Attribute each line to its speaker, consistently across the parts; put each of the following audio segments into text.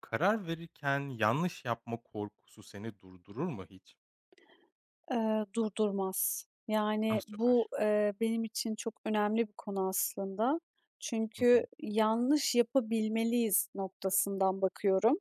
Speaker 1: Karar verirken yanlış yapma korkusu seni durdurur mu hiç?
Speaker 2: Durdurmaz.
Speaker 1: Ah, süper.
Speaker 2: Benim için çok önemli bir konu aslında.
Speaker 1: Hı
Speaker 2: Çünkü
Speaker 1: hı.
Speaker 2: yanlış yapabilmeliyiz noktasından bakıyorum.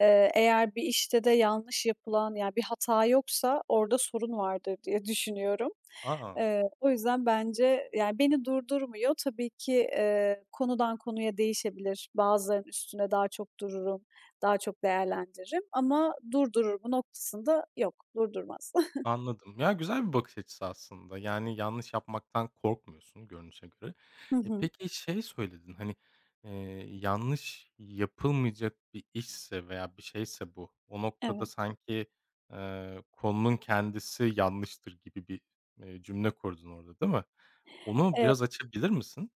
Speaker 2: Eğer bir işte de yanlış yapılan, yani, bir hata yoksa orada sorun vardır diye düşünüyorum.
Speaker 1: A!
Speaker 2: O yüzden bence, yani, beni durdurmuyor. Tabii ki, konudan konuya değişebilir. Bazılarının üstüne daha çok dururum, daha çok değerlendiririm ama durdurur mu noktasında yok, durdurmaz.
Speaker 1: Anladım. Ya, güzel bir bakış açısı aslında. Yani, yanlış yapmaktan korkmuyorsun görünüşe göre.
Speaker 2: Hı
Speaker 1: E,
Speaker 2: hı.
Speaker 1: peki şey söyledin, hani, eee, yanlış yapılmayacak bir işse veya bir şeyse bu, o noktada
Speaker 2: Evet.
Speaker 1: sanki, konunun kendisi yanlıştır gibi bir, cümle kurdun orada, değil mi? Onu
Speaker 2: Eee,
Speaker 1: biraz açabilir misin?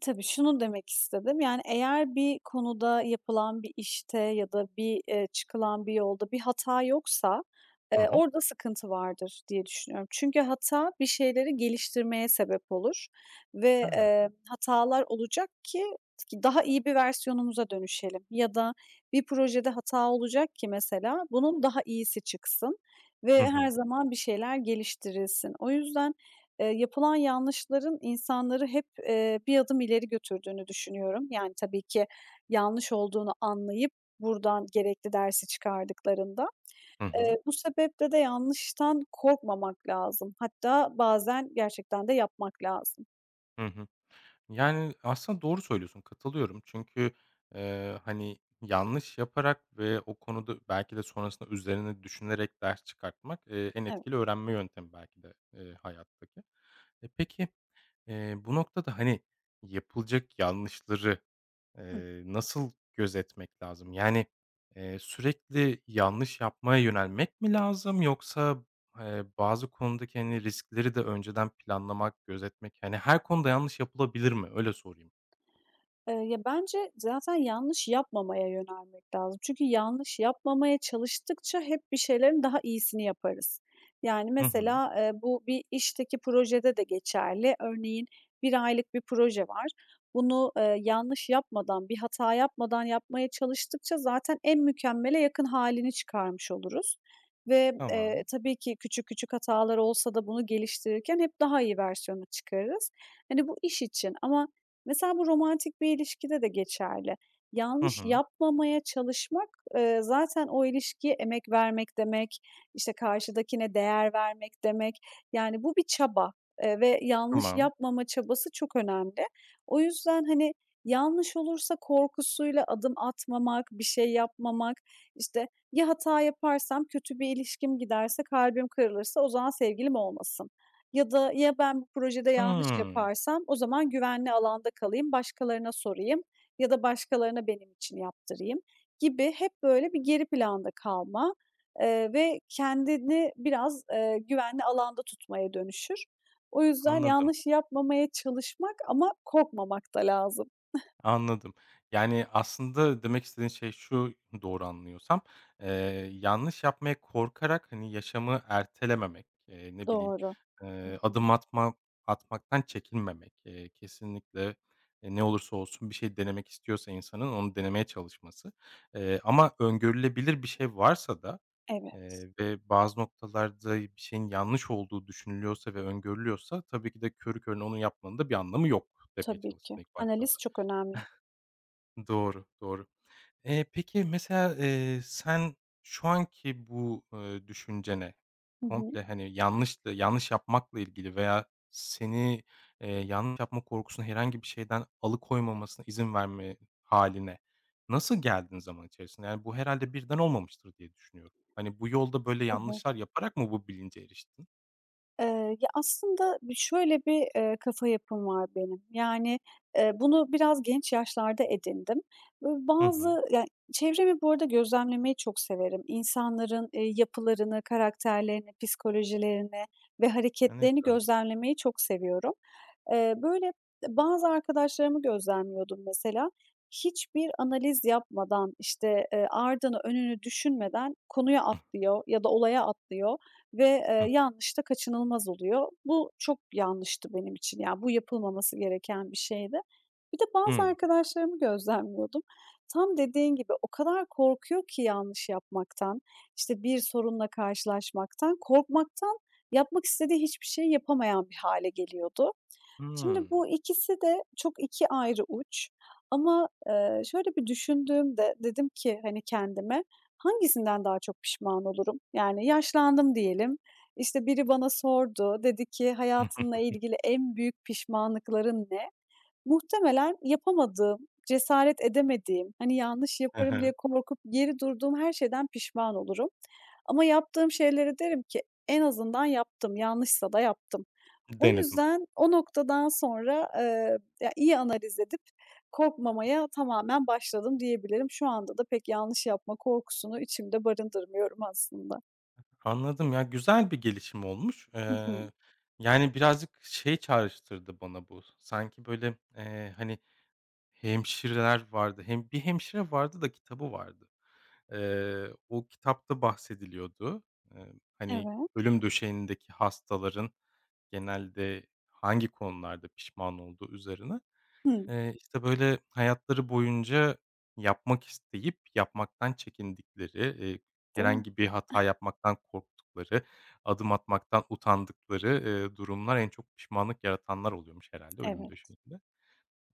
Speaker 2: tabii şunu demek istedim, yani, eğer bir konuda, yapılan bir işte ya da bir, çıkılan bir yolda bir hata yoksa,
Speaker 1: Hı hı.
Speaker 2: orada sıkıntı vardır diye düşünüyorum. Çünkü hata bir şeyleri geliştirmeye sebep olur ve,
Speaker 1: Ha.
Speaker 2: hatalar olacak ki daha iyi bir versiyonumuza dönüşelim ya da bir projede hata olacak ki mesela bunun daha iyisi çıksın
Speaker 1: Hı
Speaker 2: ve her
Speaker 1: hı.
Speaker 2: zaman bir şeyler geliştirilsin. O yüzden yapılan yanlışların insanları hep, bir adım ileri götürdüğünü düşünüyorum. Yani, tabii ki yanlış olduğunu anlayıp buradan gerekli dersi çıkardıklarında.
Speaker 1: Hı hı.
Speaker 2: Bu sebeple de yanlıştan korkmamak lazım. Hatta bazen gerçekten de yapmak lazım.
Speaker 1: Hı hı. Yani, aslında doğru söylüyorsun, katılıyorum. Çünkü, hani, yanlış yaparak ve o konuda belki de sonrasında üzerine düşünerek ders çıkartmak, en
Speaker 2: Evet.
Speaker 1: etkili öğrenme yöntemi belki de, hayattaki. E, peki, bu noktada, hani, yapılacak yanlışları
Speaker 2: Hı.
Speaker 1: Nasıl gözetmek lazım? Yani, sürekli yanlış yapmaya yönelmek mi lazım yoksa, bazı konudaki, hani, riskleri de önceden planlamak, gözetmek, hani, her konuda yanlış yapılabilir mi? Öyle sorayım.
Speaker 2: Ya, bence zaten yanlış yapmamaya yönelmek lazım. Çünkü yanlış yapmamaya çalıştıkça hep bir şeylerin daha iyisini yaparız. Yani,
Speaker 1: Hı hı.
Speaker 2: mesela, bu bir işteki projede de geçerli. Örneğin bir aylık bir proje var. Bunu, yanlış yapmadan, bir hata yapmadan yapmaya çalıştıkça zaten en mükemmele yakın halini çıkarmış oluruz ve,
Speaker 1: Tamam.
Speaker 2: tabii ki küçük küçük hatalar olsa da bunu geliştirirken hep daha iyi versiyonu çıkarırız. Hani, bu iş için ama mesela bu romantik bir ilişkide de geçerli.
Speaker 1: Hı
Speaker 2: Yanlış
Speaker 1: hı.
Speaker 2: yapmamaya çalışmak, zaten o ilişkiye emek vermek demek, işte, karşıdakine değer vermek demek. Yani bu bir çaba, ve yanlış
Speaker 1: Tamam.
Speaker 2: yapmama çabası çok önemli. O yüzden, hani, yanlış olursa korkusuyla adım atmamak, bir şey yapmamak, işte, "Ya hata yaparsam, kötü bir ilişkim giderse, kalbim kırılırsa o zaman sevgilim olmasın." Ya da ya ben bu projede yanlış
Speaker 1: Hımm.
Speaker 2: yaparsam o zaman güvenli alanda kalayım, başkalarına sorayım ya da başkalarına benim için yaptırayım gibi hep böyle bir geri planda kalma, ve kendini biraz, güvenli alanda tutmaya dönüşür. O yüzden
Speaker 1: Anladım.
Speaker 2: yanlış yapmamaya çalışmak ama korkmamak da lazım.
Speaker 1: Anladım. Yani, aslında demek istediğin şey şu, doğru anlıyorsam, eee, yanlış yapmaya korkarak, hani, yaşamı ertelememek, ne bileyim,
Speaker 2: Doğru. Hı hı.
Speaker 1: adım atmaktan çekinmemek, kesinlikle, ne olursa olsun bir şey denemek istiyorsa insanın onu denemeye çalışması. Ama öngörülebilir bir şey varsa da,
Speaker 2: Evet,
Speaker 1: ve bazı noktalarda bir şeyin yanlış olduğu düşünülüyorsa ve öngörülüyorsa tabii ki de körü körüne onu yapmanın da bir anlamı yok demeye
Speaker 2: tabii ki.
Speaker 1: çalıştın ilk başta.
Speaker 2: Analiz çok önemli.
Speaker 1: Doğru, doğru. Peki mesela, sen şu anki bu, düşüncene
Speaker 2: Hı hı.
Speaker 1: komple, hani, yanlıştı yanlış yapmakla ilgili veya seni, yanlış yapma korkusunu herhangi bir şeyden alıkoymamasına izin verme hâline nasıl geldin zaman içerisinde? Yani, bu herhâlde birden olmamıştır diye düşünüyorum. Hani, bu yolda böyle
Speaker 2: Evet.
Speaker 1: yanlışlar yaparak mı bu bilince eriştin?
Speaker 2: Eee, Ya, aslında bir şöyle bir, kafa yapım var benim. Yani, bunu biraz genç yaşlarda edindim. Böyle
Speaker 1: Hı hı.
Speaker 2: bazı yani çevremi bu arada gözlemlemeyi çok severim. İnsanların, yapılarını, karakterlerini, psikolojilerini ve
Speaker 1: A, ne
Speaker 2: hareketlerini
Speaker 1: güzel.
Speaker 2: gözlemlemeyi çok seviyorum. Böyle bazı arkadaşlarımı gözlemliyordum mesela. Hiçbir analiz yapmadan, işte, ardını önünü düşünmeden konuya
Speaker 1: Hıh.
Speaker 2: atlıyor ya da olaya atlıyor ve,
Speaker 1: Hıh.
Speaker 2: yanlış da kaçınılmaz oluyor. Bu çok yanlıştı benim için. Yani, bu yapılmaması gereken bir şeydi. Bir de bazı
Speaker 1: Hımm.
Speaker 2: arkadaşlarımı gözlemliyordum. Tam dediğin gibi o kadar korkuyor ki yanlış yapmaktan, işte, bir sorunla karşılaşmaktan, korkmaktan yapmak istediği hiçbir şey yapamayan bir hale geliyordu. Şimdi
Speaker 1: Hımm.
Speaker 2: bu ikisi de çok 2 ayrı uç ama, şöyle bir düşündüğümde dedim ki, hani, kendime, "Hangisinden daha çok pişman olurum?" Yani yaşlandım diyelim, işte, biri bana sordu, dedi ki, "Hayatınla ilgili en büyük pişmanlıkların ne?" Muhtemelen yapamadığım, cesaret edemediğim, hani, yanlış
Speaker 1: Hı
Speaker 2: yaparım diye
Speaker 1: hı.
Speaker 2: korkup geri durduğum her şeyden pişman olurum ama yaptığım şeylere derim ki, "En azından yaptım, yanlışsa da yaptım." O
Speaker 1: Denedim.
Speaker 2: yüzden o noktadan sonra, ya, iyi analiz edip korkmamaya tamamen başladım diyebilirim. Şu anda da pek yanlış yapma korkusunu içimde barındırmıyorum aslında.
Speaker 1: Anladım. Ya, güzel bir gelişim olmuş.
Speaker 2: Hı hı.
Speaker 1: Yani, birazcık şey çağrıştırdı bana bu. Sanki, böyle, hani, hemşireler vardı. Hem bir hemşire vardı da kitabı vardı. O kitapta bahsediliyordu. Eee, Hani,
Speaker 2: Evet.
Speaker 1: ölüm döşeğindeki hastaların genelde hangi konularda pişman olduğu üzerine.
Speaker 2: Hıı.
Speaker 1: İşte, böyle, hayatları boyunca yapmak isteyip yapmaktan çekindikleri, eee,
Speaker 2: Değil mi?
Speaker 1: herhangi bir hata yapmaktan korktukları, adım atmaktan utandıkları, durumlar en çok pişmanlık yaratanlar oluyormuş herhâlde ölüm
Speaker 2: Evet.
Speaker 1: döşeğinde.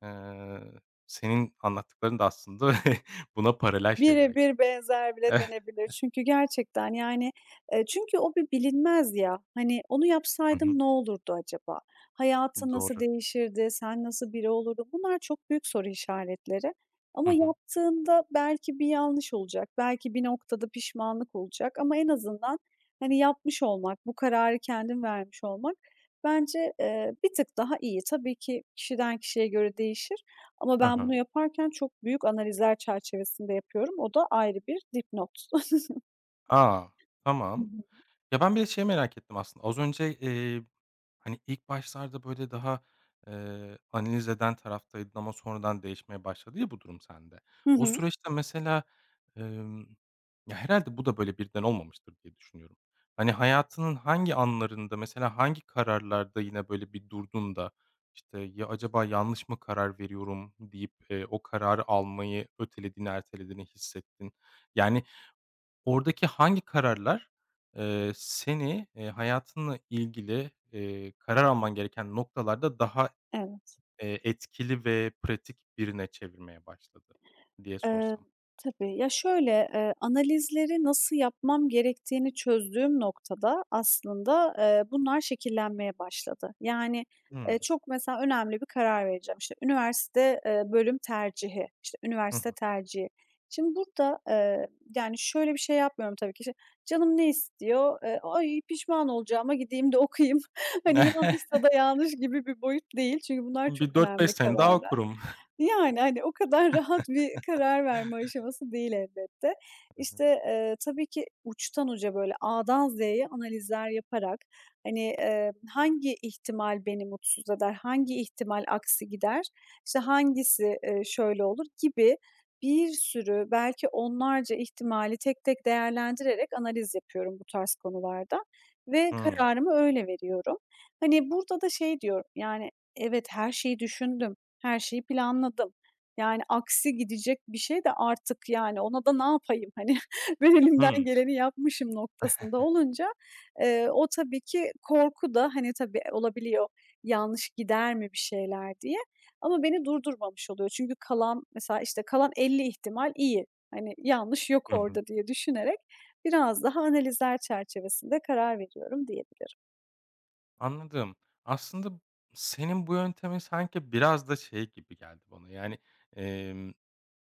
Speaker 1: Eee, Senin anlattıkların da aslında buna paralel şeyler gibi.
Speaker 2: Birebir benzer bile
Speaker 1: Eh,
Speaker 2: denebilir. Çünkü gerçekten, yani, çünkü o bir bilinmez ya. Hani, onu
Speaker 1: hı
Speaker 2: yapsaydım
Speaker 1: hı,
Speaker 2: ne olurdu acaba? Hayatın nasıl
Speaker 1: doğru.
Speaker 2: değişirdi? Sen nasıl biri olurdun? Bunlar çok büyük soru işaretleri
Speaker 1: Hı
Speaker 2: ama
Speaker 1: hı.
Speaker 2: yaptığında belki bir yanlış olacak, belki bir noktada pişmanlık olacak ama en azından, hani, yapmış olmak, bu kararı kendin vermiş olmak bence, bir tık daha iyi. Tabii ki kişiden kişiye göre değişir. Ama
Speaker 1: Hı
Speaker 2: ben bunu
Speaker 1: hı.
Speaker 2: yaparken çok büyük analizler çerçevesinde yapıyorum. O da ayrı bir dipnot.
Speaker 1: A!
Speaker 2: Hı
Speaker 1: Tamam.
Speaker 2: hı.
Speaker 1: Ya, ben bir de şeyi merak ettim aslında. Az önce, hani, ilk başlarda, böyle, daha, analiz eden taraftaydın ama sonradan değişmeye başladı ya bu durum sende.
Speaker 2: Hı
Speaker 1: O
Speaker 2: hı.
Speaker 1: süreçte mesela, emm, ya, herhâlde bu da, böyle, birden olmamıştır diye düşünüyorum. Hani, hayatının hangi anlarında, mesela hangi kararlarda yine, böyle, bir durdun da, işte, "Ya, acaba yanlış mı karar veriyorum?" deyip, o kararı almayı ötelediğini, ertelediğini hissettin? Yani, oradaki hangi kararlar, seni, hayatınla ilgili, karar alman gereken noktalarda daha,
Speaker 2: Evet.
Speaker 1: etkili ve pratik birine çevirmeye başladı diye
Speaker 2: Eee,
Speaker 1: sorsam?
Speaker 2: tabii. Ya, şöyle, analizleri nasıl yapmam gerektiğini çözdüğüm noktada aslında, bunlar şekillenmeye başladı. Yani,
Speaker 1: Hımm.
Speaker 2: çok mesela önemli bir karar vereceğim. İşte, üniversite, bölüm tercihi, işte,
Speaker 1: Hı
Speaker 2: üniversite
Speaker 1: hı.
Speaker 2: tercihi. Şimdi burada, yani, şöyle bir şey yapmıyorum tabii ki. İşte, canım ne istiyor? "Ay, pişman olacağıma gideyim de okuyayım." Hani, yanlışsa da yanlış gibi bir boyut değil. Çünkü bunlar çok
Speaker 1: Bir dört beş
Speaker 2: önemli
Speaker 1: sene daha
Speaker 2: kararlar.
Speaker 1: okurum.
Speaker 2: Yani, hani, o kadar rahat bir karar verme aşaması değil elbette.
Speaker 1: Hı hı.
Speaker 2: İşte, tabii ki uçtan uca böyle A'dan Z'ye analizler yaparak, hani, hangi ihtimal beni mutsuz eder, hangi ihtimal aksi gider, işte, hangisi, şöyle olur gibi bir sürü belki onlarca ihtimali tek tek değerlendirerek analiz yapıyorum bu tarz konularda ve
Speaker 1: Hımm.
Speaker 2: kararımı öyle veriyorum. Hani, burada da şey diyorum, yani, evet, her şeyi düşündüm. Her şeyi planladım. Yani, aksi gidecek bir şey de artık, yani, ona da ne yapayım? Hani, ben elimden
Speaker 1: Hımm.
Speaker 2: geleni yapmışım noktasında olunca, o tabii ki korku da, hani, tabii olabiliyor, yanlış gider mi bir şeyler diye ama beni durdurmamış oluyor. Çünkü kalan mesela, işte, kalan 50 ihtimal iyi. Hani, yanlış yok
Speaker 1: Hı hı.
Speaker 2: orada diye düşünerek biraz daha analizler çerçevesinde karar veriyorum diyebilirim.
Speaker 1: Anladım. Aslında senin bu yöntemin sanki biraz da şey gibi geldi bana, yani, emm,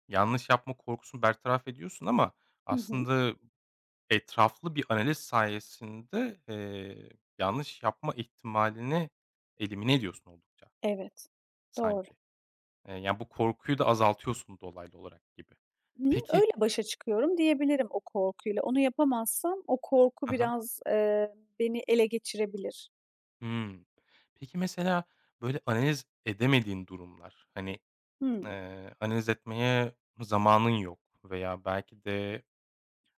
Speaker 1: yanlış yapma korkusunu bertaraf ediyorsun ama
Speaker 2: Hı hı.
Speaker 1: aslında etraflı bir analiz sayesinde, yanlış yapma ihtimalini elimine ediyorsun oldukça
Speaker 2: Evet. Doğru.
Speaker 1: sanki. Yani, bu korkuyu da azaltıyorsun dolaylı olarak gibi.
Speaker 2: Hı
Speaker 1: Peki.
Speaker 2: Öyle başa çıkıyorum diyebilirim o korkuyla. Onu yapamazsam o korku
Speaker 1: Hı hı.
Speaker 2: biraz, beni ele geçirebilir.
Speaker 1: Hımm. Peki, mesela, böyle, analiz edemediğin durumlar, hani,
Speaker 2: Hımm,
Speaker 1: analiz etmeye zamanın yok veya belki de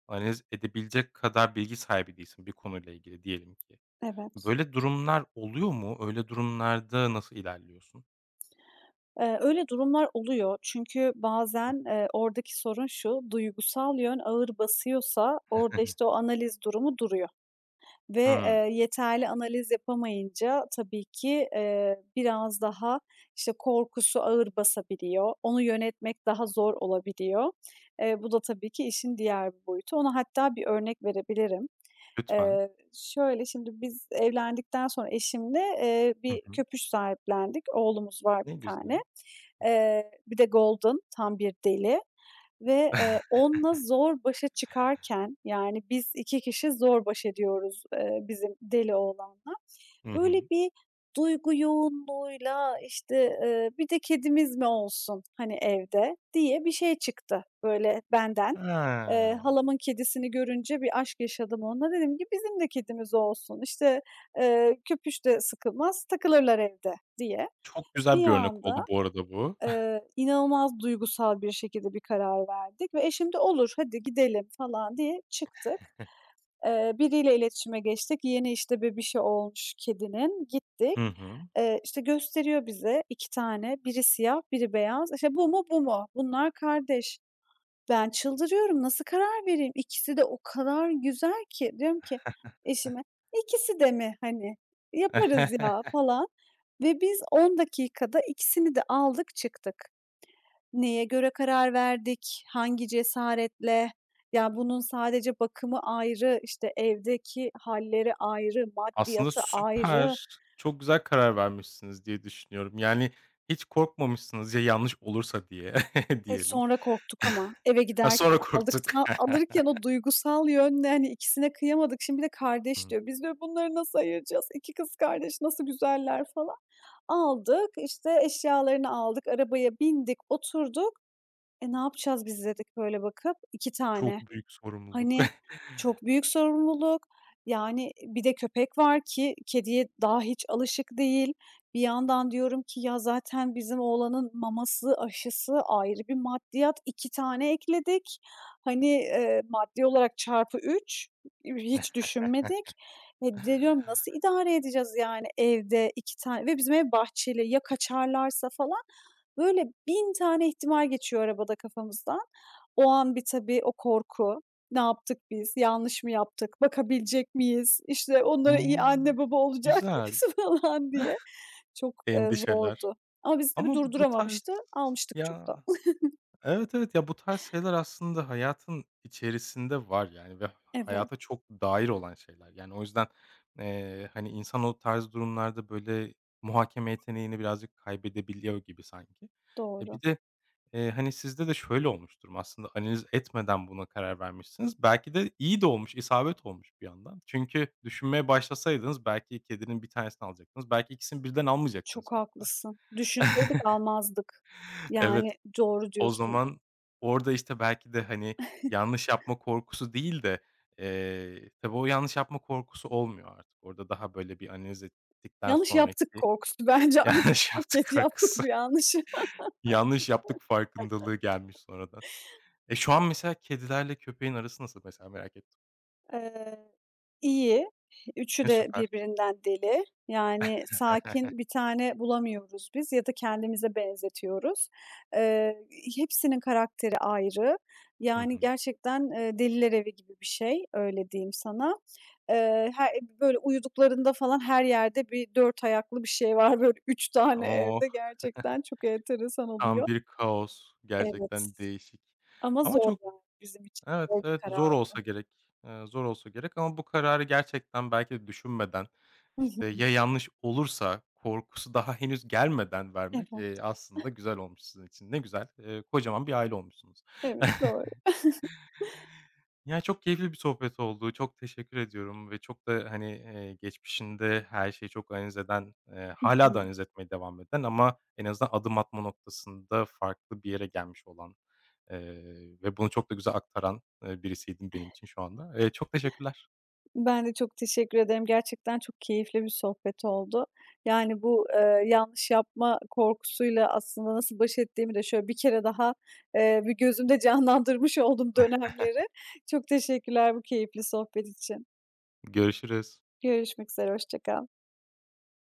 Speaker 1: analiz edebilecek kadar bilgi sahibi değilsin bir konuyla ilgili diyelim ki.
Speaker 2: evet.
Speaker 1: Böyle durumlar oluyor mu? Öyle durumlarda nasıl ilerliyorsun?
Speaker 2: Öyle durumlar oluyor çünkü bazen, oradaki sorun şu, duygusal yön ağır basıyorsa orada, işte, o analiz durumu duruyor. Ve,
Speaker 1: Hımm.
Speaker 2: yeterli analiz yapamayınca tabii ki, biraz daha, işte, korkusu ağır basabiliyor. Onu yönetmek daha zor olabiliyor. Bu da tabii ki işin diğer bir boyutu. Ona hatta bir örnek verebilirim.
Speaker 1: Lütfen.
Speaker 2: Şöyle, şimdi biz evlendikten sonra eşimle,
Speaker 1: Hı
Speaker 2: bir
Speaker 1: hı.
Speaker 2: köpüş sahiplendik. Oğlumuz var
Speaker 1: Ne
Speaker 2: bir tane.
Speaker 1: güzel.
Speaker 2: Bir de golden, tam bir deli ve, onunla zor başa çıkarken, yani, biz 2 kişi zor baş ediyoruz, bizim deli oğlanla.
Speaker 1: Hı
Speaker 2: Böyle
Speaker 1: hı.
Speaker 2: bir duygu yoğunluğuyla, işte, "Bir de kedimiz mi olsun, hani, evde?" diye bir şey çıktı, böyle, benden.
Speaker 1: Ha.
Speaker 2: Halamın kedisini görünce bir aşk yaşadım onunla. Dedim ki, "Bizim de kedimiz olsun, işte, köpüş de sıkılmaz, takılırlar evde." diye.
Speaker 1: Çok güzel
Speaker 2: Bir
Speaker 1: bir örnek
Speaker 2: anda
Speaker 1: oldu bu arada bu.
Speaker 2: İnanılmaz duygusal bir şekilde bir karar verdik ve eşim de "Olur, hadi gidelim." falan diye çıktık. Biriyle iletişime geçtik. Yeni, işte, bebişi olmuş kedinin. Gittik.
Speaker 1: Hı hı.
Speaker 2: İşte, gösteriyor bize 2 tane. Biri siyah, biri beyaz. İşte, "Bu mu, bu mu? Bunlar kardeş." Ben çıldırıyorum. Nasıl karar vereyim? İkisi de o kadar güzel ki. Diyorum ki eşime, ikisi de mi? Hani, yaparız ya." falan ve biz 10 dakikada ikisini de aldık çıktık. Neye göre karar verdik? Hangi cesaretle? Ya, bunun sadece bakımı ayrı, işte, evdeki halleri ayrı,
Speaker 1: Aslında
Speaker 2: maddiyatı ayrı.
Speaker 1: süper. Çok güzel karar vermişsiniz diye düşünüyorum. Yani hiç korkmamışsınız ya yanlış olursa diye
Speaker 2: E,
Speaker 1: diyelim.
Speaker 2: sonra korktuk ama eve
Speaker 1: Ha,
Speaker 2: giderken
Speaker 1: sonra korktuk.
Speaker 2: aldıktan alırken o duygusal yönle, hani, ikisine kıyamadık. Şimdi bir de kardeş
Speaker 1: Hımm.
Speaker 2: diyor. Biz diyor bunları nasıl ayıracağız? 2 kız kardeş nasıl güzeller falan. Aldık, işte, eşyalarını aldık, arabaya bindik, oturduk. E, ne yapacağız biz dedik böyle bakıp 2 tane.
Speaker 1: Çok büyük sorumluluk.
Speaker 2: Hani, çok büyük sorumluluk. Yani, bir de köpek var ki kediye daha hiç alışık değil. Bir yandan diyorum ki ya zaten bizim oğlanın maması, aşısı ayrı bir maddiyat. 2 tane ekledik. Hani, maddi olarak çarpı 3 hiç düşünmedik. E, bir de diyorum nasıl idare edeceğiz yani evde 2 tane ve bizim ev bahçeli ya kaçarlarsa falan. Böyle 1000 tane ihtimal geçiyor arabada kafamızdan. O an bir tabii o korku. Ne yaptık biz? Yanlış mı yaptık? Bakabilecek miyiz? İşte, onlara iyi
Speaker 1: Hımm.
Speaker 2: anne baba olacak
Speaker 1: Güzel
Speaker 2: mıyız falan diye. Çok,
Speaker 1: endişeler
Speaker 2: zordu ama bizi tabii
Speaker 1: ama bu tarz...
Speaker 2: durduramamıştı. Almıştık çok da.
Speaker 1: Ya. Evet, evet. Ya, bu tarz şeyler aslında hayatın içerisinde var, yani, ve
Speaker 2: Evet,
Speaker 1: hayata çok dair olan şeyler. Yani, o yüzden, hani, insan o tarz durumlarda, böyle, muhakeme yeteneğini birazcık kaybedebiliyor gibi sanki. E,
Speaker 2: doğru.
Speaker 1: bir de, hani, sizde de şöyle olmuştur mu aslında analiz etmeden buna karar vermişsiniz. Belki de iyi de olmuş, isabet olmuş bir yandan. Çünkü düşünmeye başlasaydınız belki kedinin bir tanesini alacaktınız. Belki ikisini birden almayacaktınız
Speaker 2: Çok
Speaker 1: hatta.
Speaker 2: haklısın. Düşünseydik almazdık.
Speaker 1: Evet.
Speaker 2: Yani, doğru
Speaker 1: O
Speaker 2: diyorsun.
Speaker 1: zaman orada, işte, belki de, hani, yanlış yapma korkusu değil de, tabii o yanlış yapma korkusu olmuyor artık. Orada daha böyle bir analiz ettikten
Speaker 2: Yanlış yaptık
Speaker 1: sonraki
Speaker 2: korkusu bence artık
Speaker 1: yanlış
Speaker 2: çok
Speaker 1: yaptık
Speaker 2: geç yaptık
Speaker 1: korkusu.
Speaker 2: bu yanlışı.
Speaker 1: Yanlış yaptık farkındalığı gelmiş sonradan. E, şu an mesela kedilerle köpeğin arası nasıl mesela merak ettim.
Speaker 2: Eee İyi, üçü
Speaker 1: E,
Speaker 2: de
Speaker 1: süper.
Speaker 2: birbirinden deli. Yani, sakin bir tane bulamıyoruz biz ya da kendimize benzetiyoruz. Eee, Hepsinin karakteri ayrı.
Speaker 1: Hı
Speaker 2: Yani,
Speaker 1: hı.
Speaker 2: gerçekten, deliler evi gibi bir şey, öyle diyeyim sana. Her böyle uyuduklarında falan her yerde bir 4 ayaklı bir şey var, böyle 3 tane
Speaker 1: Oh,
Speaker 2: evde gerçekten çok enteresan
Speaker 1: tam
Speaker 2: oluyor.
Speaker 1: bir kaos.
Speaker 2: Evet
Speaker 1: Gerçekten değişik.
Speaker 2: ama
Speaker 1: Ama
Speaker 2: zor
Speaker 1: çok...
Speaker 2: yani bizim için
Speaker 1: Evet,
Speaker 2: zor bir
Speaker 1: evet,
Speaker 2: karar.
Speaker 1: zor olsa gerek. Zor olsa gerek ama bu kararı gerçekten belki de düşünmeden,
Speaker 2: Hı
Speaker 1: işte,
Speaker 2: hı.
Speaker 1: ya yanlış olursa korkusu daha henüz gelmeden vermek,
Speaker 2: Evet,
Speaker 1: aslında güzel olmuş sizin için. Ne güzel, kocaman bir aile olmuşsunuz.
Speaker 2: evet, doğru.
Speaker 1: Ya, çok keyifli bir sohbet oldu. Çok teşekkür ediyorum ve çok da, hani, geçmişinde her şeyi çok analiz eden,
Speaker 2: Hı
Speaker 1: hâlâ da
Speaker 2: hı.
Speaker 1: analiz etmeye devam eden ama en azından adım atma noktasında farklı bir yere gelmiş olan, ve bunu çok da güzel aktaran, birisiydin benim için şu anda. Çok teşekkürler.
Speaker 2: Ben de çok teşekkür ederim. Gerçekten çok keyifli bir sohbet oldu. Yani bu, yanlış yapma korkusuyla aslında nasıl baş ettiğimi de şöyle bir kere daha, bir gözümde canlandırmış oldum dönemleri. Çok teşekkürler bu keyifli sohbet için.
Speaker 1: Görüşürüz.
Speaker 2: Görüşmek üzere, hoşça kal.